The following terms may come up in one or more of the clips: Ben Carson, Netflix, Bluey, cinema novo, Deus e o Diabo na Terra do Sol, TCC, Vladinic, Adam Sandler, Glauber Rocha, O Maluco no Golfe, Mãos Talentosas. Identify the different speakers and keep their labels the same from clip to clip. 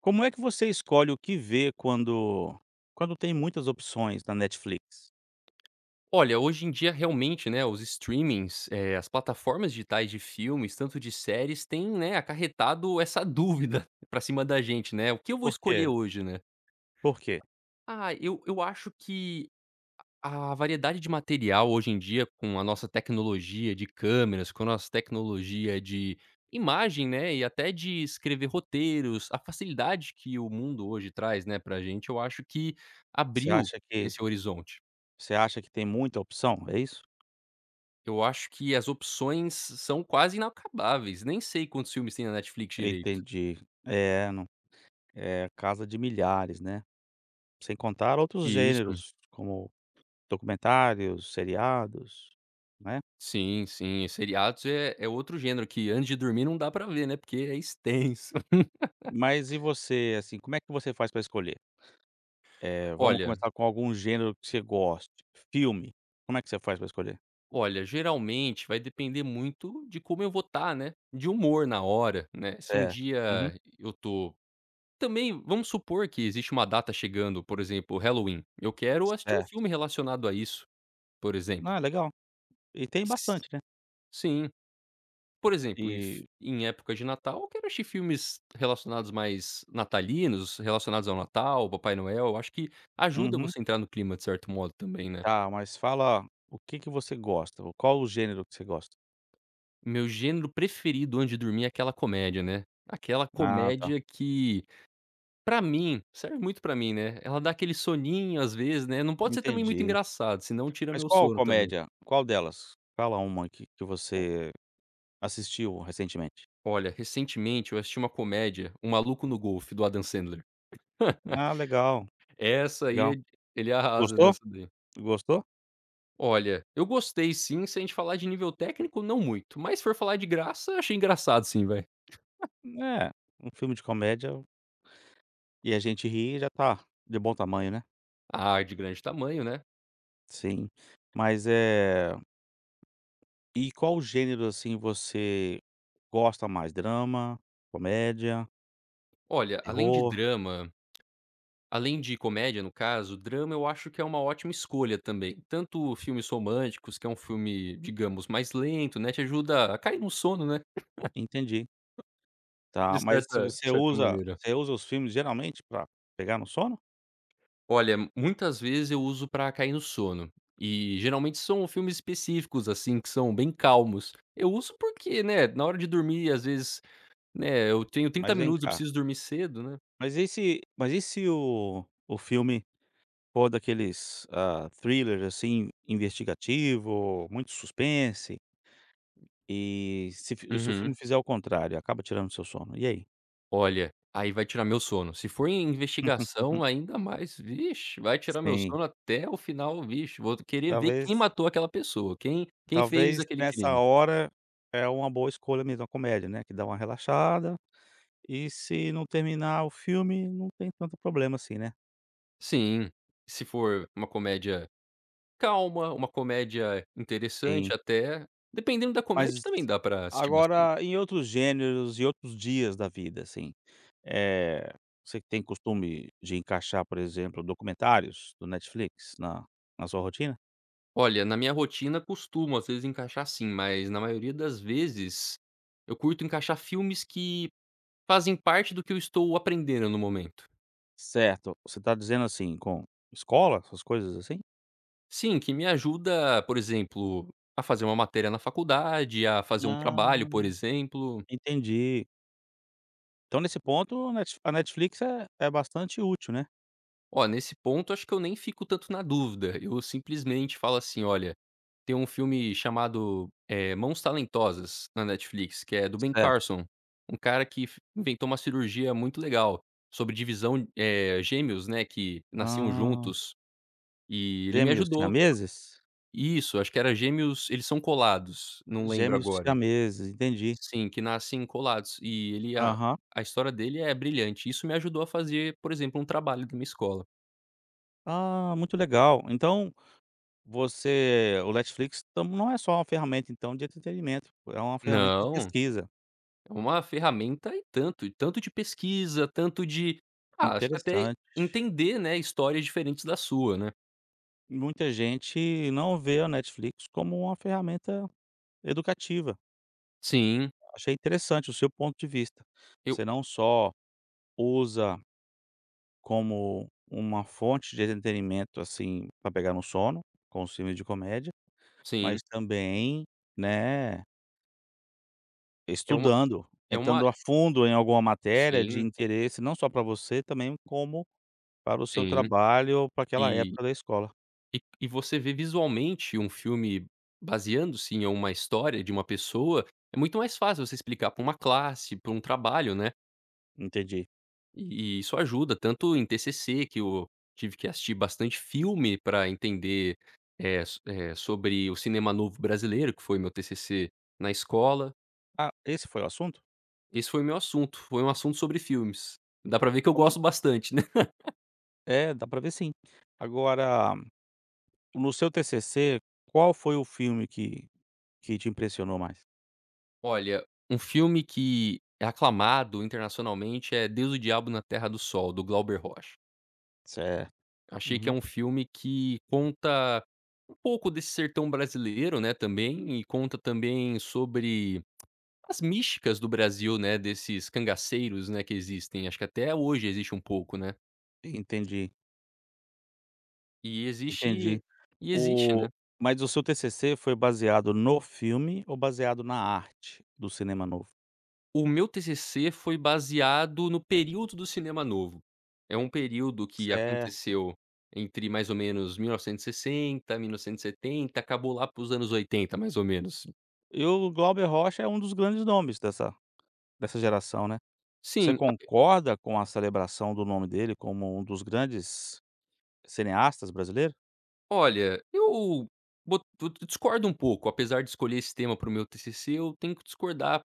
Speaker 1: Como é que você escolhe o que ver quando tem muitas opções na Netflix?
Speaker 2: Olha, hoje em dia realmente, né, os streamings, as plataformas digitais de filmes, tanto de séries, têm, né, acarretado essa dúvida pra cima da gente, né, "O que eu vou
Speaker 1: Por quê?
Speaker 2: escolher hoje?", né.
Speaker 1: Por quê?
Speaker 2: Ah, eu acho que a variedade de material hoje em dia, com a nossa tecnologia de câmeras, com a nossa tecnologia de imagem, né, e até de escrever roteiros, a facilidade que o mundo hoje traz, né, pra gente, eu acho que
Speaker 1: Você
Speaker 2: abriu
Speaker 1: acha que
Speaker 2: esse horizonte.
Speaker 1: você acha que tem muita opção, é isso?
Speaker 2: Eu acho que as opções são quase inacabáveis, nem sei quantos filmes tem na Netflix
Speaker 1: Eu
Speaker 2: direito.
Speaker 1: entendi. É, não é casa de milhares, né. Sem contar outros
Speaker 2: Isso.
Speaker 1: gêneros, como documentários, seriados, né.
Speaker 2: Sim, sim, seriados é outro gênero que antes de dormir não dá pra ver, né, porque é extenso.
Speaker 1: Mas e você, assim, como é que você faz para escolher? Vamos
Speaker 2: Olha
Speaker 1: começar com algum gênero que você goste. Filme, como é que você faz para escolher?
Speaker 2: olha, geralmente vai depender muito de como eu vou estar, né, de humor na hora, né, se um
Speaker 1: Certo. Uhum.
Speaker 2: dia eu tô, também vamos supor que existe uma data chegando, por exemplo, Halloween, eu quero assistir um
Speaker 1: Certo.
Speaker 2: filme relacionado a isso, por exemplo.
Speaker 1: Ah, legal. E tem
Speaker 2: S
Speaker 1: bastante, né.
Speaker 2: sim. Por exemplo, em f
Speaker 1: E
Speaker 2: em época de Natal, eu quero assistir filmes relacionados mais natalinos, relacionados ao Natal, Papai Noel. Eu acho que ajuda
Speaker 1: uhum.
Speaker 2: você a entrar no clima de certo modo também, né.
Speaker 1: Tá, mas fala o que que você gosta, ou qual o gênero que você gosta?
Speaker 2: Meu gênero preferido antes de dormir é aquela comédia, né. Aquela
Speaker 1: Ah, tá,
Speaker 2: comédia que, pra mim, serve muito pra mim, né, ela dá aquele soninho às vezes, né, não pode ser também muito
Speaker 1: entendi.
Speaker 2: engraçado, senão tira
Speaker 1: Mas
Speaker 2: meu
Speaker 1: qual
Speaker 2: sono também.
Speaker 1: comédia? Qual delas? Fala uma que
Speaker 2: O
Speaker 1: você assistiu recentemente.
Speaker 2: olha, recentemente eu assisti uma comédia, O Maluco no Golfe, do Adam Sandler.
Speaker 1: Ah, legal,
Speaker 2: Essa aí
Speaker 1: legal.
Speaker 2: é, ele arrasa
Speaker 1: Gostou?
Speaker 2: nessa daí.
Speaker 1: Gostou?
Speaker 2: Olha, eu gostei sim, se a gente falar de nível técnico, não muito, mas se for falar de graça, achei engraçado sim, vai.
Speaker 1: É, um filme de comédia e a gente ri já tá de bom tamanho, né.
Speaker 2: Ah, de grande tamanho, né.
Speaker 1: Sim. Mas, é, e qual gênero, assim, você gosta mais? Drama, comédia,
Speaker 2: Olha, além de
Speaker 1: terror?
Speaker 2: drama, além de comédia, no caso, drama eu acho que é uma ótima escolha também. Tanto filmes românticos, que é um filme, digamos, mais lento, né, te ajuda a cair no sono, né,
Speaker 1: Entendi.
Speaker 2: de
Speaker 1: Tá, mas
Speaker 2: certa
Speaker 1: se
Speaker 2: de
Speaker 1: você
Speaker 2: certa
Speaker 1: usa
Speaker 2: maneira.
Speaker 1: você usa os filmes geralmente pra pegar no sono?
Speaker 2: Olha, muitas vezes eu uso pra cair no sono, e geralmente são filmes específicos, assim, que são bem calmos. Eu uso porque, né, na hora de dormir, às vezes. Né, eu tenho 30
Speaker 1: Mas vem
Speaker 2: minutos, eu
Speaker 1: cá,
Speaker 2: preciso dormir cedo, né.
Speaker 1: mas e se o filme for daqueles, hã, thrillers, assim, investigativo, muito suspense, e se o
Speaker 2: Uhum.
Speaker 1: filme fizer o contrário, acaba tirando seu sono, e aí?
Speaker 2: Olha, aí vai tirar meu sono. Se for em investigação, ainda mais, vixe, vai tirar meu
Speaker 1: Sim,
Speaker 2: sono até o final, vixe, vou querer ver quem
Speaker 1: talvez
Speaker 2: matou aquela pessoa, quem fez
Speaker 1: talvez
Speaker 2: aquele
Speaker 1: nessa
Speaker 2: crime.
Speaker 1: hora é uma boa escolha mesmo a comédia, né, que dá uma relaxada, e se não terminar o filme, não tem tanto problema assim, né?
Speaker 2: Sim, se for uma comédia calma, uma comédia interessante
Speaker 1: Sim.
Speaker 2: até, dependendo da comédia
Speaker 1: Mas
Speaker 2: também dá pra assistir bastante.
Speaker 1: agora em outros gêneros e outros dias da vida, assim, eh, você que tem costume de encaixar, por exemplo, documentários do Netflix na na sua rotina?
Speaker 2: Olha, na minha rotina costumo às vezes encaixar sim, mas na maioria das vezes eu curto encaixar filmes que fazem parte do que eu estou aprendendo no momento.
Speaker 1: Certo, você tá dizendo, assim, com escola, essas coisas assim?
Speaker 2: Sim, que me ajuda, por exemplo, a fazer uma matéria na faculdade, a fazer um
Speaker 1: Ah,
Speaker 2: trabalho, por exemplo.
Speaker 1: entendi. Então nesse ponto a Netflix é bastante útil, né?
Speaker 2: Ó, nesse ponto acho que eu nem fico tanto na dúvida, eu simplesmente falo assim: "Olha, tem um filme chamado, Mãos Talentosas na Netflix, que é do Ben
Speaker 1: Certo.
Speaker 2: Carson, um cara que f inventou uma cirurgia muito legal sobre divisão, gêmeos, né, que nasciam
Speaker 1: Ah,
Speaker 2: juntos, e ele me
Speaker 1: gêmeos
Speaker 2: ajudou.
Speaker 1: siameses?
Speaker 2: Isso, acho que era gêmeos, eles são colados, não lembro
Speaker 1: Gêmeos
Speaker 2: agora.
Speaker 1: siameses, entendi.
Speaker 2: Sim, que nascem colados, e ele
Speaker 1: Aham.
Speaker 2: a história dele é brilhante. Isso me ajudou a fazer, por exemplo, um trabalho de uma escola.
Speaker 1: Ah, muito legal. Então você o Netflix tam não é só uma ferramenta, então, de entretenimento, é uma ferramenta de
Speaker 2: Não,
Speaker 1: pesquisa,
Speaker 2: é uma ferramenta e tanto de pesquisa, tanto de ah, acho que até
Speaker 1: interessante.
Speaker 2: entender, né, histórias diferentes da sua, né.
Speaker 1: Muita gente não vê a Netflix como uma ferramenta educativa.
Speaker 2: Sim,
Speaker 1: Achei interessante o seu ponto de vista.
Speaker 2: eu,
Speaker 1: Você não só usa como uma fonte de entretenimento, assim, para pegar no sono, com os filmes de comédia, mas
Speaker 2: sim,
Speaker 1: também, né,
Speaker 2: é uma
Speaker 1: estudando,
Speaker 2: é uma
Speaker 1: entrando a fundo em alguma matéria de
Speaker 2: sim,
Speaker 1: interesse, não só para você, também como para o seu
Speaker 2: sim,
Speaker 1: trabalho ou para aquela
Speaker 2: e
Speaker 1: época da escola.
Speaker 2: e você vê visualmente um filme baseando-se em uma história de uma pessoa, é muito mais fácil você explicar para uma classe, para um trabalho, né.
Speaker 1: Entendi.
Speaker 2: E isso ajuda tanto em TCC, que eu tive que assistir bastante filme para entender, eh, sobre o cinema novo brasileiro, que foi meu TCC na escola.
Speaker 1: Ah, esse foi o assunto?
Speaker 2: Esse foi meu assunto, foi um assunto sobre filmes. Dá pra ver que eu
Speaker 1: Hum,
Speaker 2: gosto bastante, né.
Speaker 1: é, dá pra ver sim. Agora, no seu TCC, qual foi o filme que te impressionou mais?
Speaker 2: Olha, um filme que é aclamado internacionalmente é Deus e o Diabo na Terra do Sol, do Glauber Rocha.
Speaker 1: Certo.
Speaker 2: Achei que é
Speaker 1: Uhum.
Speaker 2: um filme que conta um pouco desse sertão brasileiro, né, também, e conta também sobre as místicas do Brasil, né, desses cangaceiros, né, que existem. Acho que até hoje existe um pouco, né.
Speaker 1: Entendi,
Speaker 2: E existe,
Speaker 1: entendi.
Speaker 2: e existe, né.
Speaker 1: O mas o seu TCC foi baseado no filme ou baseado na arte do cinema novo?
Speaker 2: O meu TCC foi baseado no período do cinema novo. É um período que
Speaker 1: Certo.
Speaker 2: aconteceu entre mais ou menos mil novecentos e sessenta, 1970, acabou lá para os anos 80, mais ou menos.
Speaker 1: E o Glauber Rocha é um dos grandes nomes dessa dessa geração, né. Você
Speaker 2: Sim.
Speaker 1: concorda com a celebração do nome dele como um dos grandes cineastas brasileiros?
Speaker 2: Olha, eu discordo um pouco, apesar de escolher esse tema para o meu TCC, eu tenho que discordar,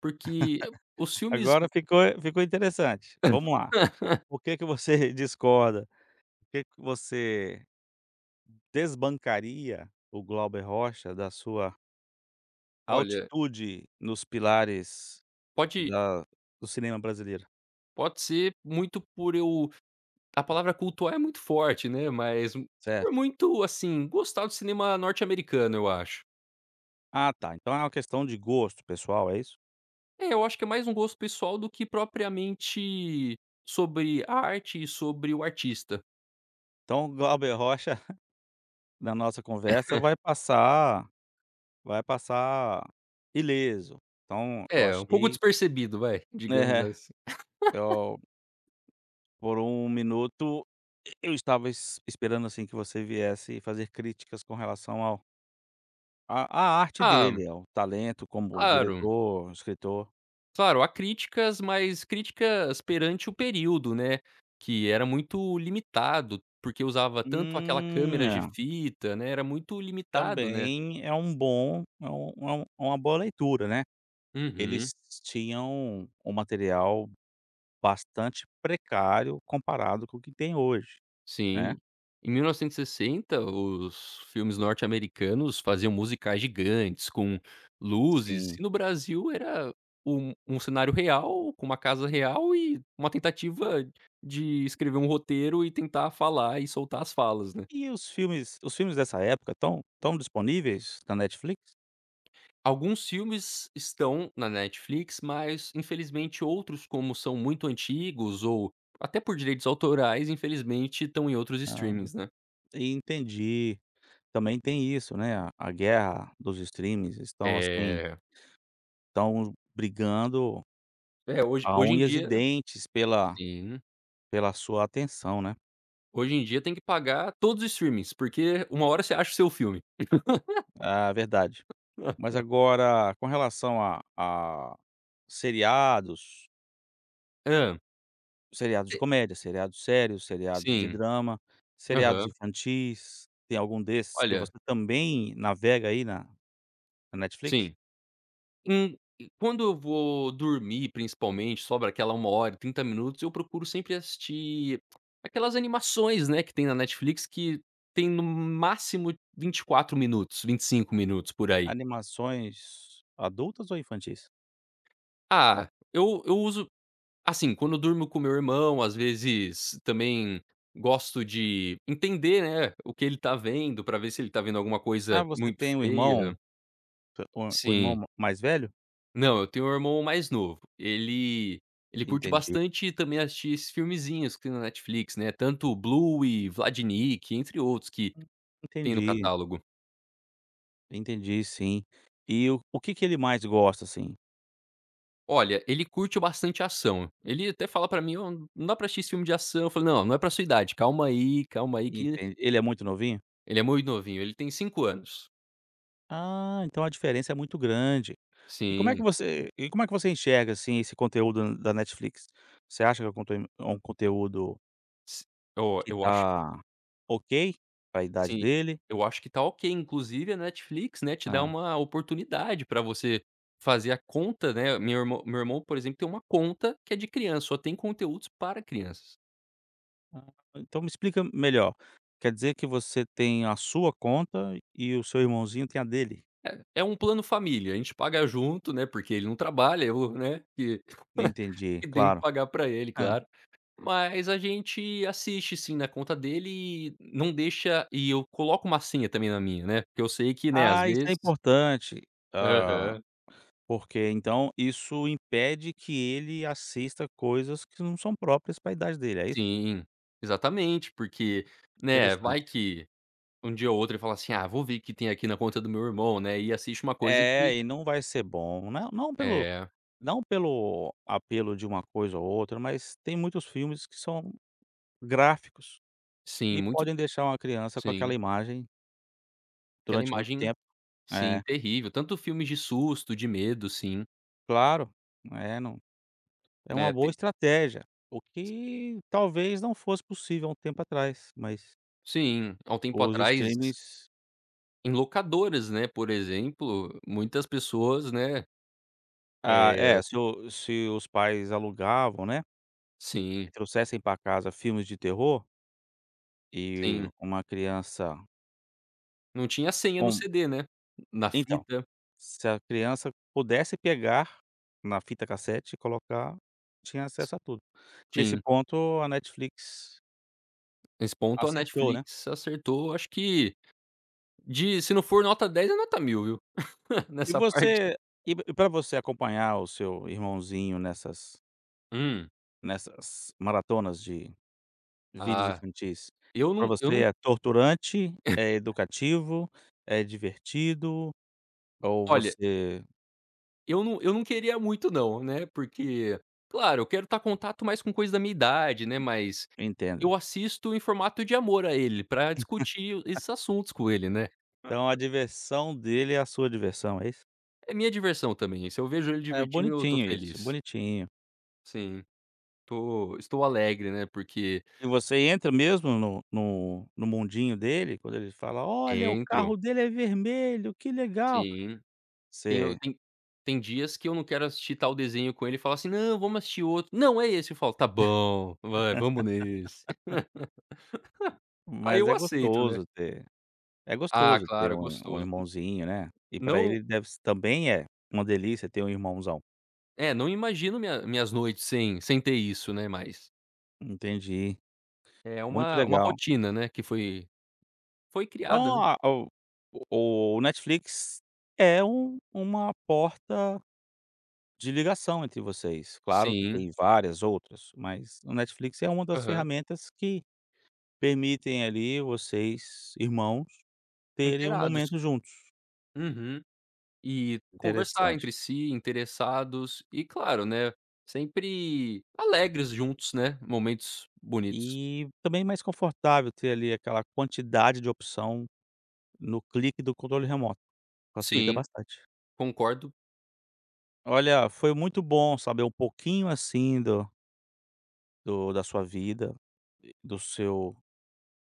Speaker 2: porque os filmes
Speaker 1: Agora ficou interessante. Vamos lá. Por que que você discorda? Por que que você desbancaria o Glauber Rocha da sua
Speaker 2: olha,
Speaker 1: altitude nos pilares
Speaker 2: pode
Speaker 1: da do cinema brasileiro,
Speaker 2: pode ser muito por eu, a palavra cultuar é muito forte, né, mas por
Speaker 1: certo?
Speaker 2: muito, assim, gostar do cinema norte-americano, eu acho.
Speaker 1: Ah, tá, então é uma questão de gosto pessoal, é isso?
Speaker 2: É, eu acho que é mais um gosto pessoal do que propriamente sobre a arte e sobre o artista.
Speaker 1: Então o Glauber Rocha, na nossa conversa, vai passar ileso. Então eu
Speaker 2: É, um pouco
Speaker 1: achei
Speaker 2: despercebido, vai, digamos
Speaker 1: é,
Speaker 2: assim.
Speaker 1: eu por um minuto, eu estava es esperando, assim, que você viesse fazer críticas com relação ao a à arte
Speaker 2: Ah,
Speaker 1: dele, ao talento como
Speaker 2: claro.
Speaker 1: diretor, escritor.
Speaker 2: Claro, há críticas, mas críticas perante o período, né, que era muito limitado, porque usava tanto aquela câmera de
Speaker 1: É.
Speaker 2: fita, né, era muito limitado, né.
Speaker 1: Também é um bom é um é um é uma boa leitura, né.
Speaker 2: Uhum,
Speaker 1: Eles tinham um material bastante precário comparado com o que tem hoje, né.
Speaker 2: sim. Em 1960, os filmes norte-americanos faziam musicais gigantes com luzes,
Speaker 1: Sim.
Speaker 2: e no Brasil era um cenário real, com uma casa real e uma tentativa de escrever um roteiro e tentar falar e soltar as falas, né.
Speaker 1: E os filmes dessa época estão disponíveis na Netflix?
Speaker 2: Alguns filmes estão na Netflix, mas infelizmente outros, como são muito antigos ou até por direitos autorais, infelizmente estão em outros
Speaker 1: Ah,
Speaker 2: streamings, né.
Speaker 1: entendi. Também tem isso, né, a guerra dos streams estão, assim,
Speaker 2: É,
Speaker 1: estão brigando
Speaker 2: é, hoje
Speaker 1: a
Speaker 2: hoje em
Speaker 1: unhas e
Speaker 2: dia
Speaker 1: dentes pela
Speaker 2: sim,
Speaker 1: pela sua atenção, né.
Speaker 2: hoje em dia tem que pagar todos os streamings, porque uma hora você acha o seu filme.
Speaker 1: É verdade. Mas agora com relação a seriados,
Speaker 2: Hã.
Speaker 1: seriados de
Speaker 2: Te
Speaker 1: comédia, seriados sérios, seriados de
Speaker 2: Sim.
Speaker 1: drama, seriados
Speaker 2: Aham.
Speaker 1: infantis, tem algum desses que
Speaker 2: Olha,
Speaker 1: você também navega aí na na Netflix?
Speaker 2: sim. E quando eu vou dormir, principalmente, sobra aquela uma hora e 30 minutos, eu procuro sempre assistir aquelas animações, né, que tem na Netflix que tem no máximo 24 minutos, 25 minutos, por aí.
Speaker 1: Animações adultas ou infantis?
Speaker 2: Ah, eu uso assim, quando eu durmo com meu irmão, às vezes também gosto de entender, né, o que ele tá vendo, pra ver se ele tá vendo alguma
Speaker 1: Ah,
Speaker 2: coisa
Speaker 1: você
Speaker 2: muito
Speaker 1: tem um irmão,
Speaker 2: feia.
Speaker 1: o
Speaker 2: Sim.
Speaker 1: irmão mais velho?
Speaker 2: Não, eu tenho um irmão mais novo. Ele curte
Speaker 1: Entendi.
Speaker 2: bastante também assistir esses filmezinhos que tem na Netflix, né, tanto Bluey, Vladinic, entre outros que tem no
Speaker 1: Entendi,
Speaker 2: catálogo.
Speaker 1: entendi sim. E o que que ele mais gosta, assim?
Speaker 2: Olha, ele curte bastante ação. Ele até fala pra mim: "Ó, não dá pra assistir esse filme de ação". Eu falo: "Não, não é pra sua idade, calma aí que".
Speaker 1: Enten ele é muito novinho?
Speaker 2: Ele é muito novinho, ele tem 5 anos.
Speaker 1: Ah, então a diferença é muito grande. E como é que
Speaker 2: Sim,
Speaker 1: você e como é que você enxerga, assim, esse conteúdo da Netflix? Você acha que é um conten é um conteúdo
Speaker 2: s
Speaker 1: que
Speaker 2: eu acho
Speaker 1: tá ok pra idade
Speaker 2: sim,
Speaker 1: dele?
Speaker 2: eu acho que tá ok, inclusive a Netflix, né, te dá
Speaker 1: Hã.
Speaker 2: uma oportunidade pra você fazer a conta, né, meu irmão, por exemplo, tem uma conta que é de criança, só tem conteúdos para crianças.
Speaker 1: Ah, então me explica melhor. Quer dizer que você tem a sua conta e o seu irmãozinho tem a dele?
Speaker 2: É um plano família, a gente paga junto, né, porque ele não trabalha, eu, né, que
Speaker 1: Entendi,
Speaker 2: que tenho que
Speaker 1: claro.
Speaker 2: pagar pra ele, claro. Mas a gente assiste sim na conta dele, e não deixa, e eu coloco uma senha também na minha, né, porque eu sei que, né, às
Speaker 1: Ah, isso é
Speaker 2: vezes.
Speaker 1: importante, ah,
Speaker 2: Aham.
Speaker 1: porque então isso impede que ele assista coisas que não são próprias para a idade dele, é isso?
Speaker 2: Sim, exatamente, porque, né, vai
Speaker 1: Interessante.
Speaker 2: que um dia ou outro ele fala assim: "Ah, vou ver o que tem aqui na conta do meu irmão", né, e assiste uma coisa
Speaker 1: É,
Speaker 2: que
Speaker 1: e não vai ser bom, pelo
Speaker 2: é,
Speaker 1: não pelo apelo de uma coisa ou outra, mas tem muitos filmes que são gráficos
Speaker 2: sim,
Speaker 1: e
Speaker 2: muito,
Speaker 1: podem deixar uma criança com
Speaker 2: sim,
Speaker 1: aquela imagem
Speaker 2: aquela
Speaker 1: durante muito
Speaker 2: imagem,
Speaker 1: tempo.
Speaker 2: sim,
Speaker 1: É,
Speaker 2: terrível, tanto filmes de susto, de medo, sim,
Speaker 1: claro, é não é uma
Speaker 2: né,
Speaker 1: boa
Speaker 2: te,
Speaker 1: estratégia, o que talvez não fosse possível há um tempo atrás, mas
Speaker 2: sim, há um tempo
Speaker 1: os
Speaker 2: atrás,
Speaker 1: streamings.
Speaker 2: em locadoras, né, por exemplo, muitas pessoas, né,
Speaker 1: Ah,
Speaker 2: é,
Speaker 1: é, se o se os pais alugavam, né,
Speaker 2: sim,
Speaker 1: e trouxessem para casa filmes de terror, e
Speaker 2: sim,
Speaker 1: uma criança
Speaker 2: não tinha senha no
Speaker 1: com
Speaker 2: CD, né, na
Speaker 1: então,
Speaker 2: fita,
Speaker 1: se a criança pudesse pegar na fita cassete e colocar, tinha acesso a tudo. Nesse
Speaker 2: sim,
Speaker 1: ponto, a Netflix
Speaker 2: nesse ponto a
Speaker 1: acertou, né.
Speaker 2: Netflix acertou, acho que. De se não for nota 10 é nota mil, viu.
Speaker 1: E
Speaker 2: Nessa parte.
Speaker 1: você e para você acompanhar o seu irmãozinho nessas
Speaker 2: Hum.
Speaker 1: nessas maratonas de vídeos
Speaker 2: Ah,
Speaker 1: infantis, para
Speaker 2: eu
Speaker 1: você
Speaker 2: não
Speaker 1: é torturante, é educativo, é divertido? Ou
Speaker 2: olha,
Speaker 1: você
Speaker 2: eu não queria muito não, né, porque, claro, eu quero estar contato mais com coisa da minha idade, né, mas
Speaker 1: entenda.
Speaker 2: eu assisto em formato de amor a ele, pra discutir esses assuntos com ele, né.
Speaker 1: Então a diversão dele é a sua diversão, é isso?
Speaker 2: É minha diversão também, se eu vejo ele
Speaker 1: É
Speaker 2: divertindo eu tô
Speaker 1: bonitinho isso,
Speaker 2: feliz.
Speaker 1: bonitinho.
Speaker 2: Sim, tô, estou alegre, né, porque
Speaker 1: E você entra mesmo no no mundinho dele, quando ele fala: "Olha, o
Speaker 2: entro.
Speaker 1: carro dele é vermelho, que legal".
Speaker 2: Sim. Tem o
Speaker 1: Você
Speaker 2: tem tem dias que eu não quero assistir tal desenho com ele e falo assim: "Não, vamos assistir outro". "Não, é esse". Eu falo: "Tá bom, vai, vamos nesse". Aí
Speaker 1: mas
Speaker 2: eu
Speaker 1: é
Speaker 2: aceito, né.
Speaker 1: gostoso ter é
Speaker 2: Ah,
Speaker 1: gostoso ter
Speaker 2: claro,
Speaker 1: um
Speaker 2: gostoso.
Speaker 1: irmãozinho, né. E pra
Speaker 2: Não
Speaker 1: ele deve se também é uma delícia ter um irmãozão.
Speaker 2: é, não imagino minhas noites sem ter isso, né, mas
Speaker 1: Entendi,
Speaker 2: é
Speaker 1: muito
Speaker 2: uma
Speaker 1: legal.
Speaker 2: rotina, né, que foi criada,
Speaker 1: Então
Speaker 2: né.
Speaker 1: a o Netflix é uma porta de ligação entre vocês. Claro que
Speaker 2: Sim,
Speaker 1: tem várias outras, mas o Netflix é uma das
Speaker 2: aham.
Speaker 1: ferramentas que permitem ali vocês, irmãos, terem um
Speaker 2: Inteirados.
Speaker 1: momento juntos.
Speaker 2: Uhum. E conversar entre
Speaker 1: Interessante.
Speaker 2: si, interessados e claro, né, sempre alegres juntos, né, momentos bonitos.
Speaker 1: E também é mais confortável ter ali aquela quantidade de opção no clique do controle remoto. Facilita
Speaker 2: Sim.
Speaker 1: bastante.
Speaker 2: Concordo.
Speaker 1: Olha, foi muito bom saber um pouquinho assim do, da sua vida, e do seu,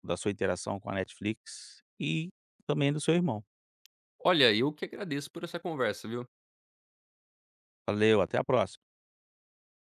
Speaker 1: da sua interação com a Netflix e também do seu irmão.
Speaker 2: Olha, eu que agradeço por essa conversa, viu?
Speaker 1: Valeu, até a próxima.